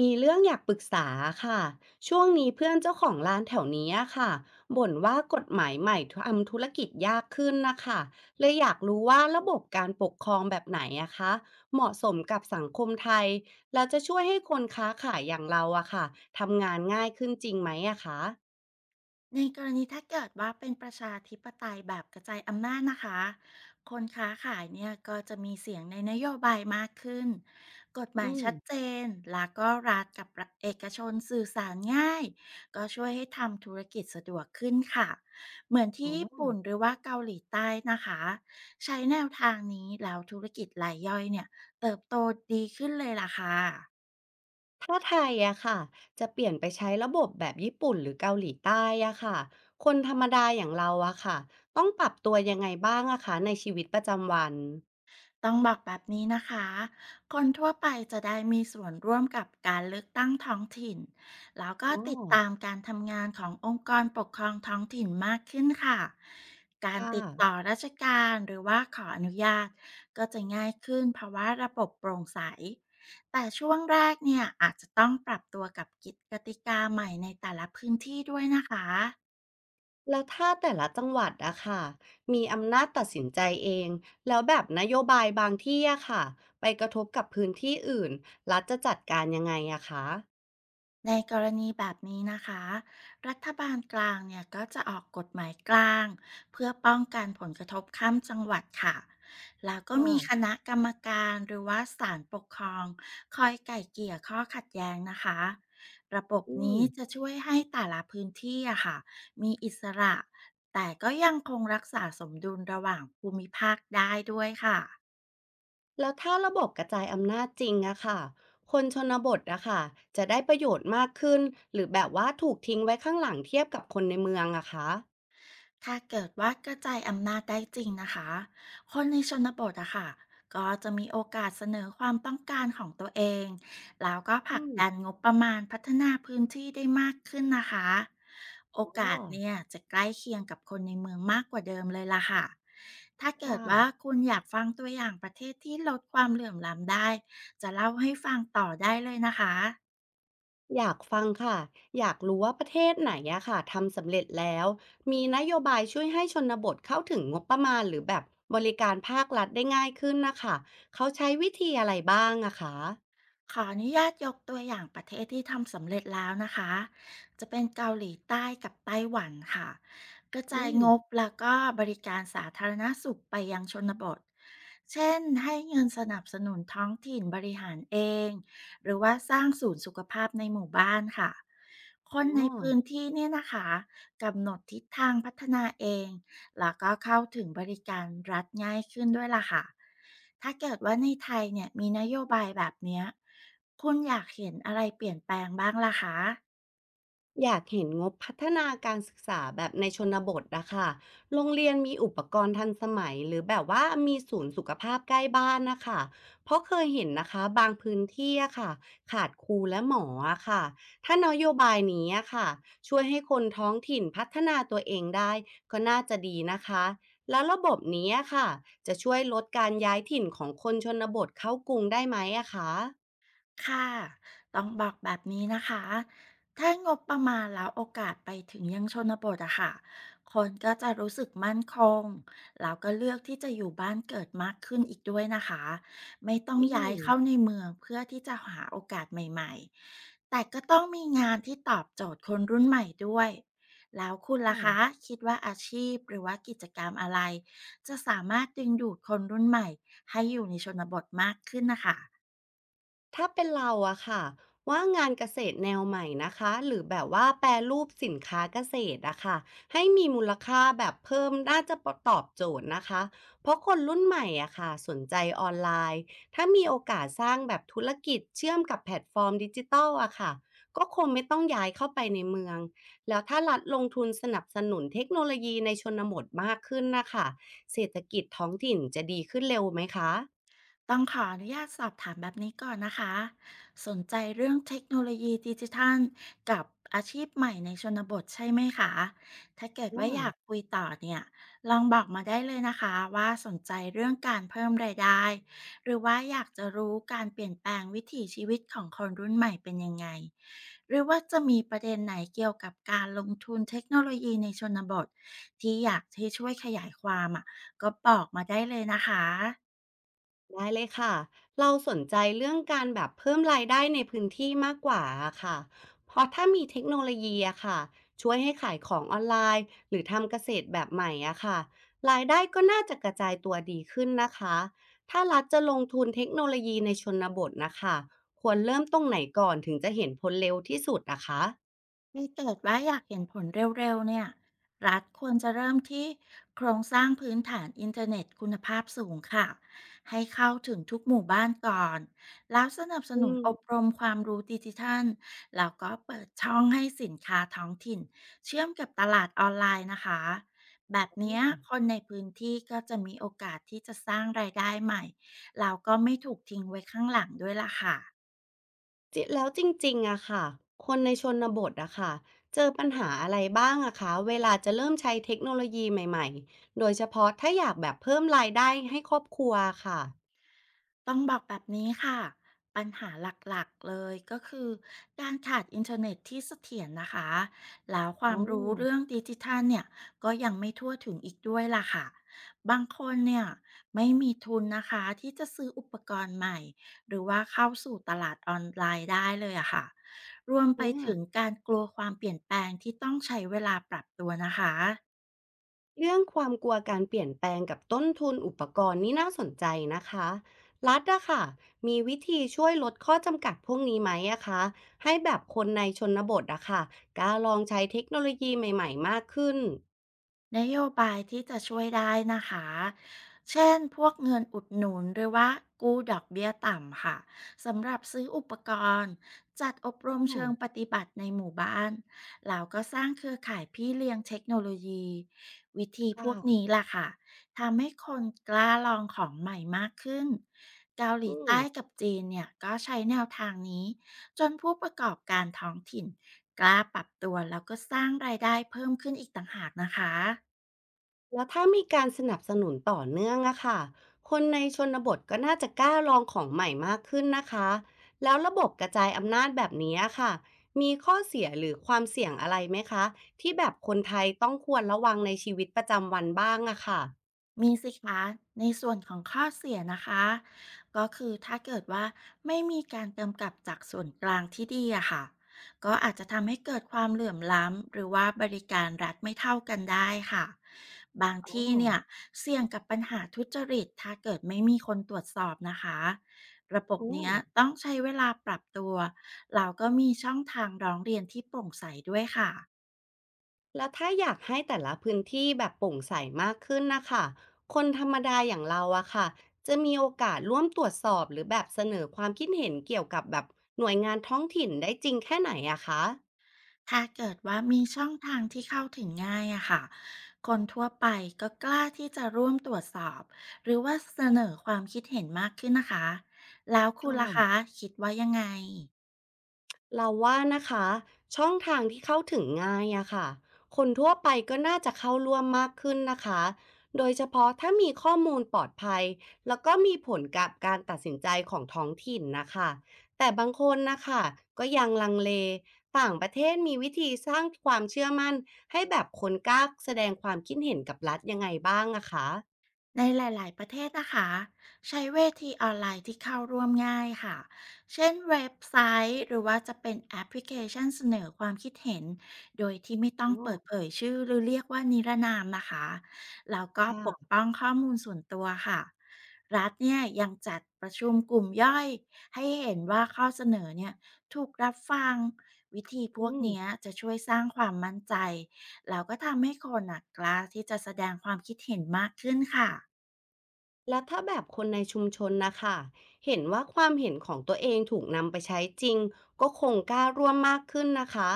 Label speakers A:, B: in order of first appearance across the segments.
A: มีเรื่องอยากปรึกษาค่ะช่วงนี้เพื่อนเจ้าของร้านแถวนี้อะค่ะบ่นว่ากฎหมายใหม่ทำธุรกิจยากขึ้นนะคะเลยอยากรู้ว่าระบบการปกครองแบบไหนอะคะเหมาะสมกับสังคมไทยแล้วจะช่วยให้คนค้าขายอย่างเราอะค่ะทำงานง่ายขึ้นจริงไหมอะคะ
B: ในกรณีถ้าเกิดว่าเป็นประชาธิปไตยแบบกระจายอำนาจนะคะคนค้าขายเนี่ยก็จะมีเสียงในนโยบายมากขึ้นกฎหมาย
A: อืม
B: ชัดเจนแล้วก็รัฐกับเอกชนสื่อสารง่ายก็ช่วยให้ทำธุรกิจสะดวกขึ้นค่ะเหมือนที่
A: อ๋
B: ญี่
A: อ
B: ปุ่นหรือว่าเกาหลีใต้นะคะใช้แนวทางนี้แล้วธุรกิจรายย่อยเนี่ยเติบโตดีขึ้นเลยล่ะค่ะ
A: ถ้าไทยอะค่ะจะเปลี่ยนไปใช้ระบบแบบญี่ปุ่นหรือเกาหลีใต้อะค่ะคนธรรมดาอย่างเราอะค่ะต้องปรับตัวยังไงบ้างอะคะในชีวิตประจำวัน
B: ต้องบอกแบบนี้นะคะ คนทั่วไปจะได้มีส่วนร่วมกับการเลือกตั้งท้องถิ่นแล้วก็
A: อ๋อ
B: ติดตามการทำงานขององค์กรปกครองท้องถิ่นมากขึ้นค่ะ การ
A: ค่ะ
B: ติดต่อราชการหรือว่าขออนุญาตก็จะง่ายขึ้นเพราะว่าระบบโปร่งใสแต่ช่วงแรกเนี่ยอาจจะต้องปรับตัวกับกิจกติกาใหม่ในแต่ละพื้นที่ด้วยนะคะ
A: แล้วถ้าแต่ละจังหวัดอะค่ะมีอำนาจตัดสินใจเอง แล้วแบบนโยบายบางที่อะค่ะไปกระทบกับพื้นที่อื่นรัฐจะจัดการยังไงอะคะ
B: ในกรณีแบบนี้นะคะรัฐบาลกลางเนี่ยก็จะออกกฎหมายกลางเพื่อป้องกันผลกระทบข้ามจังหวัดค่ะแล้วก็มีค
A: ค่ะ
B: ณะกรรมการหรือว่าศาลปกครองคอยไก่เกลี่ยข้อขัดแย้งนะคะระบบ
A: อืม
B: นี้จะช่วยให้แต่ละพื้นที่อะค่ะมีอิสระแต่ก็ยังคงรักษาสมดุลระหว่างภูมิภาคได้ด้วยค่ะ
A: แล้วถ้าระบบกระจายอำนาจจริงอะค่ะคนชนบทอะค่ะจะได้ประโยชน์มากขึ้น หรือแบบว่าถูกทิ้งไว้ข้างหลังเทียบกับคนในเมืองอะคะ
B: ถ้าเกิดว่ากระจายอำนาจได้จริงนะคะคนในชนบทอะค่ะก็จะมีโอกาสเสนอความต้องการของตัวเอง แล้วก็ผลั
A: อื
B: ก
A: ม
B: ดันงบประมาณพัฒนาพื้นที่ได้มากขึ้นนะคะ โอ
A: อ๋อ
B: กาสเนี่ยจะใกล้เคียงกับคนในเมืองมากกว่าเดิมเลยล่ะค่ะ ถ้าเกิด
A: ค่ะ
B: ว่าคุณอยากฟังตัวอย่างประเทศที่ลดความเหลื่อมล้ำได้ จะเล่าให้ฟังต่อได้เลยนะคะ
A: อยากฟังค่ะอยากรู้ว่าประเทศไหนอะค่ะทำสำเร็จแล้วมีนโยบายช่วยให้ชนบทเข้าถึงงบประมาณหรือแบบบริการภาครัฐได้ง่ายขึ้นนะคะเขาใช้วิธีอะไรบ้างอะคะ
B: ขออนุญาตยกตัวอย่างประเทศที่ทำสำเร็จแล้วนะคะ จะเป็นเกาหลีใต้กับไต้หวันค่ะกระจา
A: อื
B: ย
A: ม
B: งบแล้วก็บริการสาธารณสุขไปยังชนบท เช่นให้เงินสนับสนุนท้องถิ่นบริหารเองหรือว่าสร้างศูนย์สุขภาพในหมู่บ้านค่ะค
A: อ๋อ
B: นในพื้นที่เนี่ยนะคะกำหนดทิศทางพัฒนาเอง แล้วก็เข้าถึงบริการรัฐง่ายขึ้นด้วยล่ะค่ะ ถ้าเกิดว่าในไทยเนี่ยมีนโยบายแบบเนี้ยคุณอยากเห็นอะไรเปลี่ยนแปลงบ้างล่ะคะ
A: อยากเห็นงบพัฒนาการศึกษาแบบในชนบทนะคะโรงเรียนมีอุปกรณ์ทันสมัยหรือแบบว่ามีศูนย์สุขภาพใกล้บ้านนะคะเพราะเคยเห็นนะคะบางพื้นที่อะค่ะขาดครูและหมออะค่ะถ้านโยบายนี้อะค่ะช่วยให้คนท้องถิ่นพัฒนาตัวเองได้ก็น่าจะดีนะคะแล้วระบบนี้อะค่ะจะช่วยลดการย้ายถิ่นของคนชนบทเข้ากรุงได้ไหมอะคะ
B: ค่ะต้องบอกแบบนี้นะคะถ้างบประมาณแล้วโอกาสไปถึงยังชนบทอะค่ะคนก็จะรู้สึกมั่นคงแล้วก็เลือกที่จะอยู่บ้านเกิดมากขึ้นอีกด้วยนะคะไม่ต้อง
A: อื
B: ย้าย
A: ม
B: เข้าในเมืองเพื่อที่จะหาโอกาสใหม่ๆแต่ก็ต้องมีงานที่ตอบโจทย์คนรุ่นใหม่ด้วยแล้วคุณล่ะคะคิดว่าอาชีพหรือว่ากิจกรรมอะไรจะสามารถดึงดูดคนรุ่นใหม่ให้อยู่ในชนบทมากขึ้นนะคะ
A: ถ้าเป็นเราอะค่ะว่างานเกษตรแนวใหม่นะคะหรือแบบว่าแปรรูปสินค้าเกษตรอะค่ะให้มีมูลค่าแบบเพิ่มน่าจะตอบโจทย์นะคะเพราะคนรุ่นใหม่อะค่ะสนใจออนไลน์ถ้ามีโอกาสสร้างแบบธุรกิจเชื่อมกับแพลตฟอร์มดิจิทัลอะค่ะก็คงไม่ต้องย้ายเข้าไปในเมืองแล้วถ้ารัฐลงทุนสนับสนุนเทคโนโลยีในชนบทมากขึ้นนะคะเศรษฐกิจท้องถิ่นจะดีขึ้นเร็วไหมคะ
B: ต้องขออนุญาตสอบถามแบบนี้ก่อนนะคะสนใจเรื่องเทคโนโลยีดิจิทัลกับอาชีพใหม่ในชนบทใช่ไหมคะถ้าเกิดว่าอยากคุยต่อเนี่ยลองบอกมาได้เลยนะคะว่าสนใจเรื่องการเพิ่มรายได้หรือว่าอยากจะรู้การเปลี่ยนแปลงวิถีชีวิตของคนรุ่นใหม่เป็นยังไงหรือว่าจะมีประเด็นไหนเกี่ยวกับการลงทุนเทคโนโลยีในชนบทที่อยากให้ช่วยขยายความอ่ะก็บอกมาได้เลยนะคะ
A: ได้เลยค่ะ เราสนใจเรื่องการแบบเพิ่มรายได้ในพื้นที่มากกว่าอะค่ะเพราะถ้ามีเทคโนโลยีอะค่ะช่วยให้ขายของออนไลน์หรือทำเกษตรแบบใหม่อะค่ะรายได้ก็น่าจะกระจายตัวดีขึ้นนะคะถ้ารัฐจะลงทุนเทคโนโลยีในชนบทนะคะควรเริ่มตรงไหนก่อนถึงจะเห็นผลเร็วที่สุดนะคะ
B: ถ้าเกิดว่าอยากเห็นผลเร็วๆเนี่ยรัฐควรจะเริ่มที่โครงสร้างพื้นฐานอินเทอร์เน็ตคุณภาพสูงค่ะให้เข้าถึงทุกหมู่บ้านก่อนแล้วสนับส
A: อื
B: นุนอบ
A: ม
B: รมความรู้ดิจิทัลแล้วก็เปิดช่องให้สินค้าท้องถิ่นเชื่อมกับตลาดออนไลน์นะคะแบบเนี้ยคนในพื้นที่ก็จะมีโอกาสที่จะสร้างรายได้ใหม่แล้วก็ไม่ถูกทิ้งไว้ข้างหลังด้วยล่ะค่ะ
A: จิแล้วจริงๆอะค่ะคนในชนบทอะค่ะเจอปัญหาอะไรบ้างอะคะเวลาจะเริ่มใช้เทคโนโลยีใหม่ๆ โดยเฉพาะถ้าอยากแบบเพิ่มรายได้ให้ครอบครัวค่ะ
B: ต้องบอกแบบนี้ค่ะ ปัญหาหลักๆ เลยก็คือการขาดอินเทอร์เน็ตที่เสถียรนะคะ แล้วควา
A: อ๋
B: ม
A: อ
B: รู้เรื่องดิจิทัลเนี่ยก็ยังไม่ทั่วถึงอีกด้วยล่ะค่ะ บางคนเนี่ยไม่มีทุนนะคะที่จะซื้ออุปกรณ์ใหม่หรือว่าเข้าสู่ตลาดออนไลน์ได้เลยอะค่ะรวมไป
A: เนี่ย
B: ถึงการกลัวความเปลี่ยนแปลงที่ต้องใช้เวลาปรับตัวนะคะ
A: เรื่องความกลัวการเปลี่ยนแปลงกับต้นทุนอุปกรณ์นี่น่าสนใจนะคะรัฐอะค่ะมีวิธีช่วยลดข้อจำกัดพวกนี้ไหมอะคะให้แบบคนในชนบทอะค่ะกล้าลองใช้เทคโนโลยีใหม่ๆมากขึ้น
B: นโยบายที่จะช่วยได้นะคะ เช่นพวกเงินอุดหนุนหรือว่ากู้ดอกเบี้ยต่ำค่ะ สำหรับซื้ออุปกรณ์จัดอบรม
A: อ๋อ
B: เชิงปฏิบัติในหมู่บ้าน แล้วก็สร้างเครือข่ายพี่เลี้ยงเทคโนโลยีวิธีพวก
A: ค่ะ
B: นี้ล่ะค่ะ ทำให้คนกล้าลองของใหม่มากขึ้นเกาหลี
A: อืม
B: ใต้กับจีนเนี่ยก็ใช้แนวทางนี้จนผู้ประกอบการท้องถิ่นกล้าปรับตัวแล้วก็สร้างรายได้เพิ่มขึ้นอีกต่างหากนะคะ
A: แล้วถ้ามีการสนับสนุนต่อเนื่องอะค่ะคนในชนบทก็น่าจะกล้าลองของใหม่มากขึ้นนะคะแล้วระบบกระจายอำนาจแบบนี้อะค่ะมีข้อเสียหรือความเสี่ยงอะไรไหมคะที่แบบคนไทยต้องควรระวังในชีวิตประจำวันบ้างอะค่ะ
B: มีสิคะในส่วนของข้อเสียนะคะก็คือถ้าเกิดว่าไม่มีการกำกับจากส่วนกลางที่ดีอะค่ะก็อาจจะทำให้เกิดความเหลื่อมล้ำหรือว่าบริการรัฐไม่เท่ากันได้ค่ะบาง
A: อ๋
B: ที่
A: อ
B: เนี่ยเสี่ยงกับปัญหาทุจริตถ้าเกิดไม่มีคนตรวจสอบนะคะระบบ
A: อื
B: เนี้
A: ม
B: ยต้องใช้เวลาปรับตัวเราก็มีช่องทางร้องเรียนที่โปร่งใสด้วยค่ะ
A: แล้วถ้าอยากให้แต่ละพื้นที่แบบโปร่งใสมากขึ้นนะคะคนธรรมดาอย่างเราอะค่ะจะมีโอกาสร่วมตรวจสอบหรือแบบเสนอความคิดเห็นเกี่ยวกับแบบหน่วยงานท้องถิ่นได้จริงแค่ไหนอะคะ
B: ถ้าเกิดว่ามีช่องทางที่เข้าถึงง่ายอะค่ะ คนทั่วไปก็กล้าที่จะร่วมตรวจสอบหรือว่าเสนอความคิดเห็นมากขึ้นนะคะ แล้ว
A: ค
B: คุณล่ะคะ
A: ่ะ
B: คิดว่ายังไง
A: เราว่านะคะช่องทางที่เข้าถึงง่ายอะค่ะคนทั่วไปก็น่าจะเข้าร่วมมากขึ้นนะคะโดยเฉพาะถ้ามีข้อมูลปลอดภัยแล้วก็มีผลกับการตัดสินใจของท้องถิ่นนะคะแต่บางคนนะคะก็ยังลังเลต่างประเทศมีวิธีสร้างความเชื่อมั่นให้แบบคนกล้าแสดงความคิดเห็นกับรัฐยังไงบ้างอะคะ
B: ในหลายๆประเทศนะคะใช้เวทีออนไลน์ที่เข้าร่วมง่ายค่ะเช่นเว็บไซต์หรือว่าจะเป็นแอปพลิเคชันเสนอความคิดเห็นโดยที่ไม่ต้อง
A: อ๋อ
B: เปิดเผยชื่อหรือเรียกว่านิรนามนะคะแล้วก็ปก
A: ค่ะ
B: ป้องข้อมูลส่วนตัวค่ะรัฐเนี่ยยังจัดประชุมกลุ่มย่อยให้เห็นว่าข้อเสนอเนี่ยถูกรับฟังวิธีพ
A: อื
B: วก
A: ม
B: เนี้ยจะช่วยสร้างความมั่นใจแล้วก็ทำให้คนน่ะกล้าที่จะแสดงความคิดเห็นมากขึ้นค่ะ
A: แล้วถ้าแบบคนในชุมชนนะคะเห็นว่าความเห็นของตัวเองถูกนำไปใช้จริงก็คงกล้าร่วมมากขึ้นนะคะ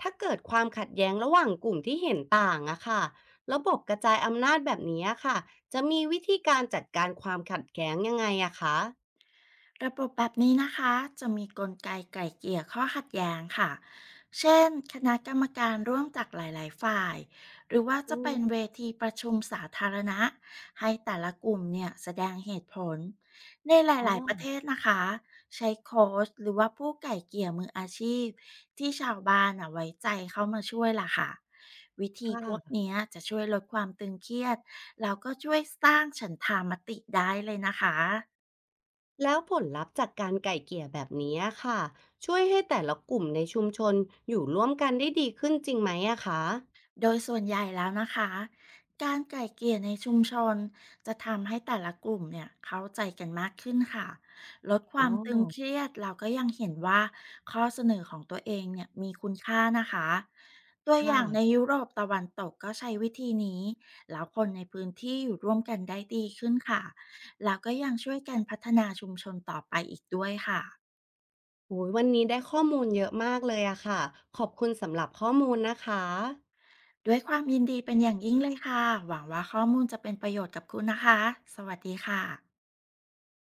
A: ถ้าเกิดความขัดแย้งระหว่างกลุ่มที่เห็นต่างอะค่ะระบบกระจายอำนาจแบบนี้อะค่ะจะมีวิธีการจัดการความขัดแย้งยังไงอะคะ
B: ระบบแบบนี้นะคะจะมีกลไกไก่เกลี่ยข้อขัดแย้งค่ะเช่นคณะกรรมการร่วมจากหลายๆฝ่ายหรือว่าจะ
A: อื
B: เป็น
A: ม
B: เวทีประชุมสาธารณะให้แต่ละกลุ่มเนี่ยแสดงเหตุผลในห
A: อ๋
B: ลายๆประ
A: อ
B: เทศนะคะใช้โค้ชหรือว่าผู้ไก่เกลี่ยมืออาชีพที่ชาวบ้านอ่ะไว้ใจเข้ามาช่วยล่ะค่ะวิธีพวก
A: ค่ะ
B: เนี้ยจะช่วยลดความตึงเครียดแล้วก็ช่วยสร้างฉันทามติได้เลยนะคะ
A: แล้วผลลัพธ์จากการไก่เกลี่ยแบบนี้อะค่ะช่วยให้แต่ละกลุ่มในชุมชนอยู่ร่วมกันได้ดีขึ้นจริงไหมอะคะ
B: โดยส่วนใหญ่แล้วนะคะ การไกล่เกลี่ยในชุมชนจะทำให้แต่ละกลุ่มเนี่ยเข้าใจกันมากขึ้นค่ะลดค
A: อ๋อ
B: วามตึงเครียดเราก็ยังเห็นว่าข้อเสนอของตัวเองเนี่ยมีคุณค่านะคะตัวอ
A: ค่ะ
B: ย่างในยุโรปตะวันตกก็ใช้วิธีนี้แล้วคนในพื้นที่อยู่ร่วมกันได้ดีขึ้นค่ะแล้วก็ยังช่วยกันพัฒนาชุมชนต่อไปอีกด้วยค่ะ
A: โอ้ยวันนี้ได้ข้อมูลเยอะมากเลยอะค่ะขอบคุณสำหรับข้อมูลนะคะ
B: ด้วยความยินดีเป็นอย่างยิ่งเลยค่ะหวังว่าข้อมูลจะเป็นประโยชน์กับคุณนะคะสวัสดีค่ะ